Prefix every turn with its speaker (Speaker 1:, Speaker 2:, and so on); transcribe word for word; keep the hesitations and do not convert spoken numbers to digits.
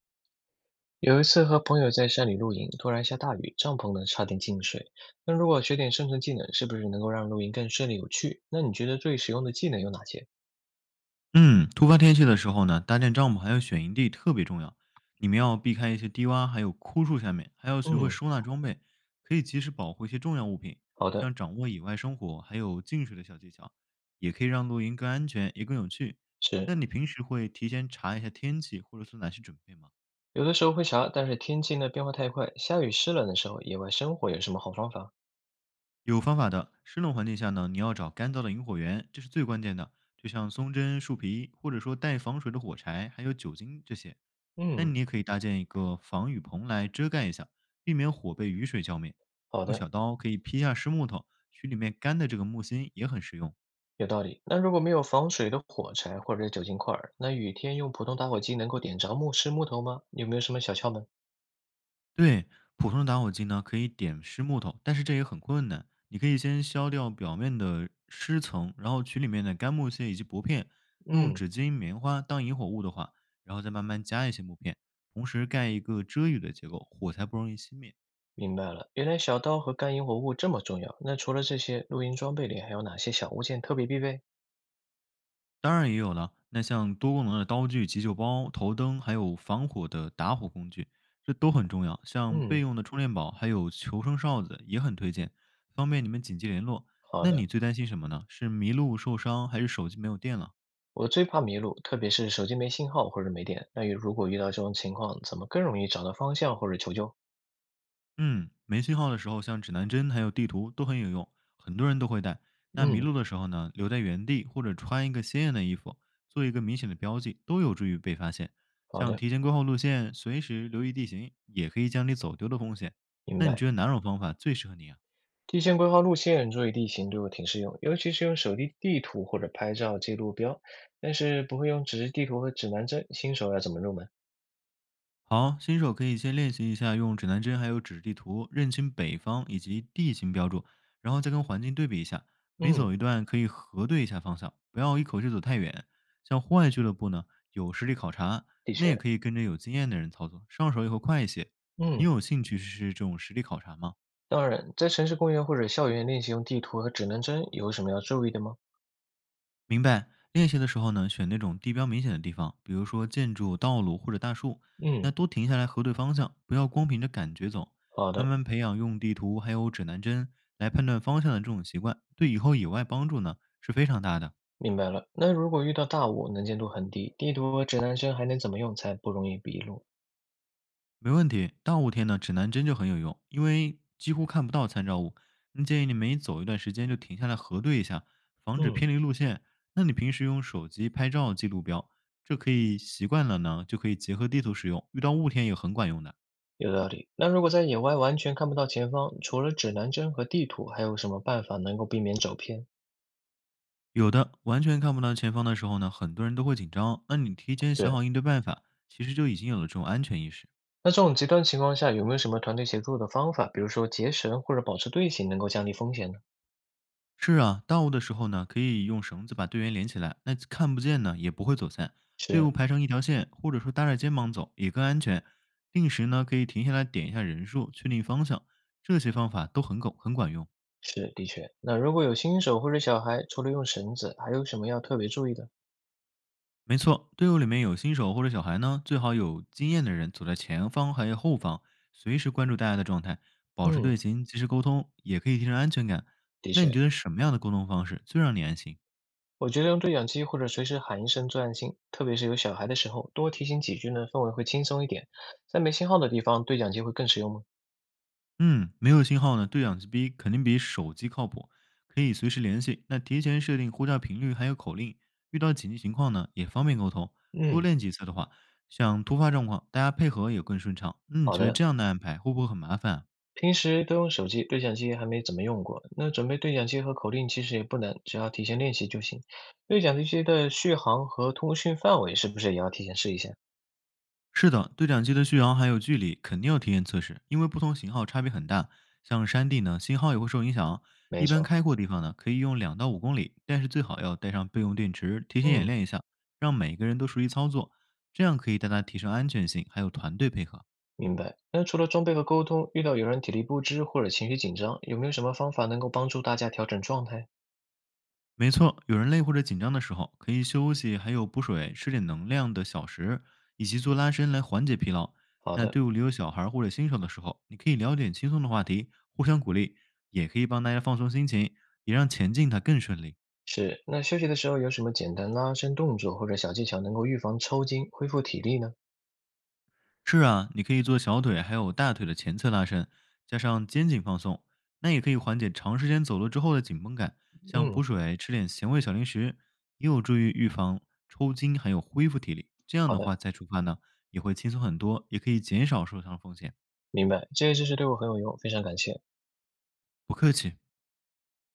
Speaker 1: 有一次和朋友在山里露营，突然下大雨，帐篷呢差点进水。那如果学点生存技能，是不是能够让露营更顺利有趣？那你觉得最实用的技能有哪些？
Speaker 2: 嗯，突发天气的时候呢，搭建帐篷还有选营地特别重要。你们要避开一些低洼，还有枯树下面，还要学会
Speaker 1: 嗯，
Speaker 2: 收纳装备，可以及时保护一些重要物品，
Speaker 1: 好的，
Speaker 2: 像掌握野外生活还有进水的小技巧，也可以让露营更安全也更有趣。
Speaker 1: 是。
Speaker 2: 那你平时会提前查一下天气，或者做哪些准备吗？
Speaker 1: 有的时候会查，但是天气呢变化太快，下雨湿冷的时候，野外生火有什么好方法？
Speaker 2: 有方法的，湿冷环境下呢，你要找干燥的引火源，这是最关键的。就像松针、树皮，或者说带防水的火柴，还有酒精这些。那
Speaker 1: 嗯，
Speaker 2: 你也可以搭建一个防雨棚来遮盖一下，避免火被雨水浇灭。
Speaker 1: 好
Speaker 2: 用
Speaker 1: 的，
Speaker 2: 小刀可以劈下湿木头，取里面干的这个木芯也很实用。
Speaker 1: 有道理。那如果没有防水的火柴或者酒精块儿，那雨天用普通打火机能够点着木是木头吗？有没有什么小窍门？
Speaker 2: 对，普通的打火机呢，可以点湿木头，但是这也很困难。你可以先削掉表面的湿层，然后取里面的干木屑以及薄片，用
Speaker 1: 嗯。
Speaker 2: 纸巾、棉花当引火物的话，然后再慢慢加一些木片，同时盖一个遮雨的结构，火才不容易熄灭。
Speaker 1: 明白了，原来小刀和干引火物这么重要。那除了这些，露营装备里还有哪些小物件特别必备？
Speaker 2: 当然也有了。那像多功能的刀具、急救包、头灯，还有防火的打火工具，这都很重要。像备
Speaker 1: 嗯，
Speaker 2: 用的充电宝，还有求生哨子也很推荐，方便你们紧急联络。
Speaker 1: 好
Speaker 2: 那
Speaker 1: 的。
Speaker 2: 你最担心什么呢？是迷路、受伤，还是手机没有电了？
Speaker 1: 我最怕迷路，特别是手机没信号或者没电。那如果遇到这种情况，怎么更容易找到方向或者求救？
Speaker 2: 嗯，没信号的时候，像指南针还有地图都很有用，很多人都会带。那迷
Speaker 1: 嗯，
Speaker 2: 路的时候呢，留在原地或者穿一个鲜艳的衣服，做一个明显的标记，都有助于被发现。
Speaker 1: 好
Speaker 2: 像
Speaker 1: 的，
Speaker 2: 提前规划路线，随时留意地形，也可以降低走丢的风险。
Speaker 1: 明
Speaker 2: 那你
Speaker 1: 白。
Speaker 2: 觉得哪种方法最适合你啊？
Speaker 1: 提前规划路线，注意地形对我挺适用，尤其是用手机地图或者拍照记录标。但是不会用纸质地图和指南针，新手要怎么入门？
Speaker 2: 好，新手可以先练习一下用指南针还有纸地图认清北方以及地形标注，然后再跟环境对比一下。每
Speaker 1: 嗯，
Speaker 2: 走一段可以核对一下方向，不要一口气走太远。像户外俱乐部呢，有实地考察，
Speaker 1: 的
Speaker 2: 那也
Speaker 1: 确，
Speaker 2: 可以跟着有经验的人操作，上手以后快一些。你
Speaker 1: 嗯。
Speaker 2: 有兴趣试试这种实地考察吗？
Speaker 1: 当然，在城市公园或者校园练习用地图和指南针，有什么要注意的吗？
Speaker 2: 明白。练习的时候呢，选那种地标明显的地方，比如说建筑、道路或者大树。那
Speaker 1: 嗯，
Speaker 2: 多停下来核对方向，不要光凭着感觉走。
Speaker 1: 好
Speaker 2: 慢
Speaker 1: 的，
Speaker 2: 慢培养用地图还有指南针来判断方向的这种习惯，对以后野外帮助呢是非常大的。
Speaker 1: 明白了。那如果遇到大雾，能见度很低，地图和指南针还能怎么用才不容易迷路？
Speaker 2: 没问题，大雾天呢，指南针就很有用，因为几乎看不到参照物。那建议你每走一段时间就停下来核对一下，防止
Speaker 1: 嗯，
Speaker 2: 偏离路线。那你平时用手机拍照记录标，这可以习惯了呢，就可以结合地图使用，遇到雾天也很管用的。
Speaker 1: 有道理。那如果在野外完全看不到前方，除了指南针和地图，还有什么办法能够避免走偏？
Speaker 2: 有的完全看不到前方的时候呢，很多人都会紧张。那你提前想
Speaker 1: 是。
Speaker 2: 好应对办法，其实就已经有了这种安全意识。
Speaker 1: 那这种极端情况下，有没有什么团队协作的方法，比如说结绳或者保持队形，能够降低风险呢？
Speaker 2: 是啊，到物的时候呢，可以用绳子把队员连起来，那看不见呢也不会走散。队
Speaker 1: 是
Speaker 2: 伍排成一条线，或者说搭着肩膀走也更安全。定时呢可以停下来点一下人数，确定方向，这些方法都很管很管用。
Speaker 1: 是，的确。那如果有新手或者小孩，除了用绳子，还有什么要特别注意的？
Speaker 2: 没错，队伍里面有新手或者小孩呢，最好有经验的人走在前方还有后方，随时关注大家的状态，保持
Speaker 1: 嗯，
Speaker 2: 队形，及时沟通，也可以提升安全感。
Speaker 1: 的
Speaker 2: 那你
Speaker 1: 确，
Speaker 2: 觉得什么样的沟通方式最让你安心？
Speaker 1: 我觉得用对讲机或者随时喊一声作案心”，特别是有小孩的时候，多提醒几句呢，氛围会轻松一点。在没信号的地方，对讲机会更实用吗？
Speaker 2: 嗯，没有信号呢，对讲机 B 肯定比手机靠谱，可以随时联系。那提前设定呼叫频率还有口令，遇到紧急情况呢也方便沟通。多
Speaker 1: 嗯，
Speaker 2: 练几次的话，像突发状况，大家配合也更顺畅。嗯，你
Speaker 1: 好
Speaker 2: 觉得这
Speaker 1: 的。
Speaker 2: 样的安排会不会很麻烦啊。
Speaker 1: 平时都用手机，对讲机还没怎么用过。那准备对讲机和口令其实也不难，只要提前练习就行。对讲机的续航和通讯范围是不是也要提前试一下？
Speaker 2: 是的，对讲机的续航还有距离肯定要提前测试，因为不同型号差别很大。像山地呢，信号也会受影响。
Speaker 1: 没
Speaker 2: 一般
Speaker 1: 错，
Speaker 2: 开阔地方呢，可以用两到五公里，但是最好要带上备用电池，提前演
Speaker 1: 嗯，
Speaker 2: 练一下，让每个人都熟悉操作，这样可以大大提升安全性，还有团队配合。
Speaker 1: 明白。那除了装备和沟通，遇到有人体力不支或者情绪紧张，有没有什么方法能够帮助大家调整状态？
Speaker 2: 没错，有人累或者紧张的时候，可以休息，还有补水、吃点能量的小食，以及做拉伸来缓解疲劳。
Speaker 1: 好
Speaker 2: 那
Speaker 1: 的。
Speaker 2: 队伍里有小孩或者新手的时候，你可以聊点轻松的话题，互相鼓励，也可以帮大家放松心情，也让前进它更顺利。
Speaker 1: 是，那休息的时候有什么简单拉伸动作或者小技巧能够预防抽筋、恢复体力呢？
Speaker 2: 是啊，你可以做小腿还有大腿的前侧拉伸，加上肩颈放松，那也可以缓解长时间走路之后的紧绷感。像补
Speaker 1: 嗯，
Speaker 2: 水、吃点咸味小零食，也有助于预防抽筋，还有恢复体力。这样
Speaker 1: 好
Speaker 2: 的
Speaker 1: 的，
Speaker 2: 话再出发呢，也会轻松很多，也可以减少受伤风险。
Speaker 1: 明白，这些知识对我很有用，非常感谢。
Speaker 2: 不客气。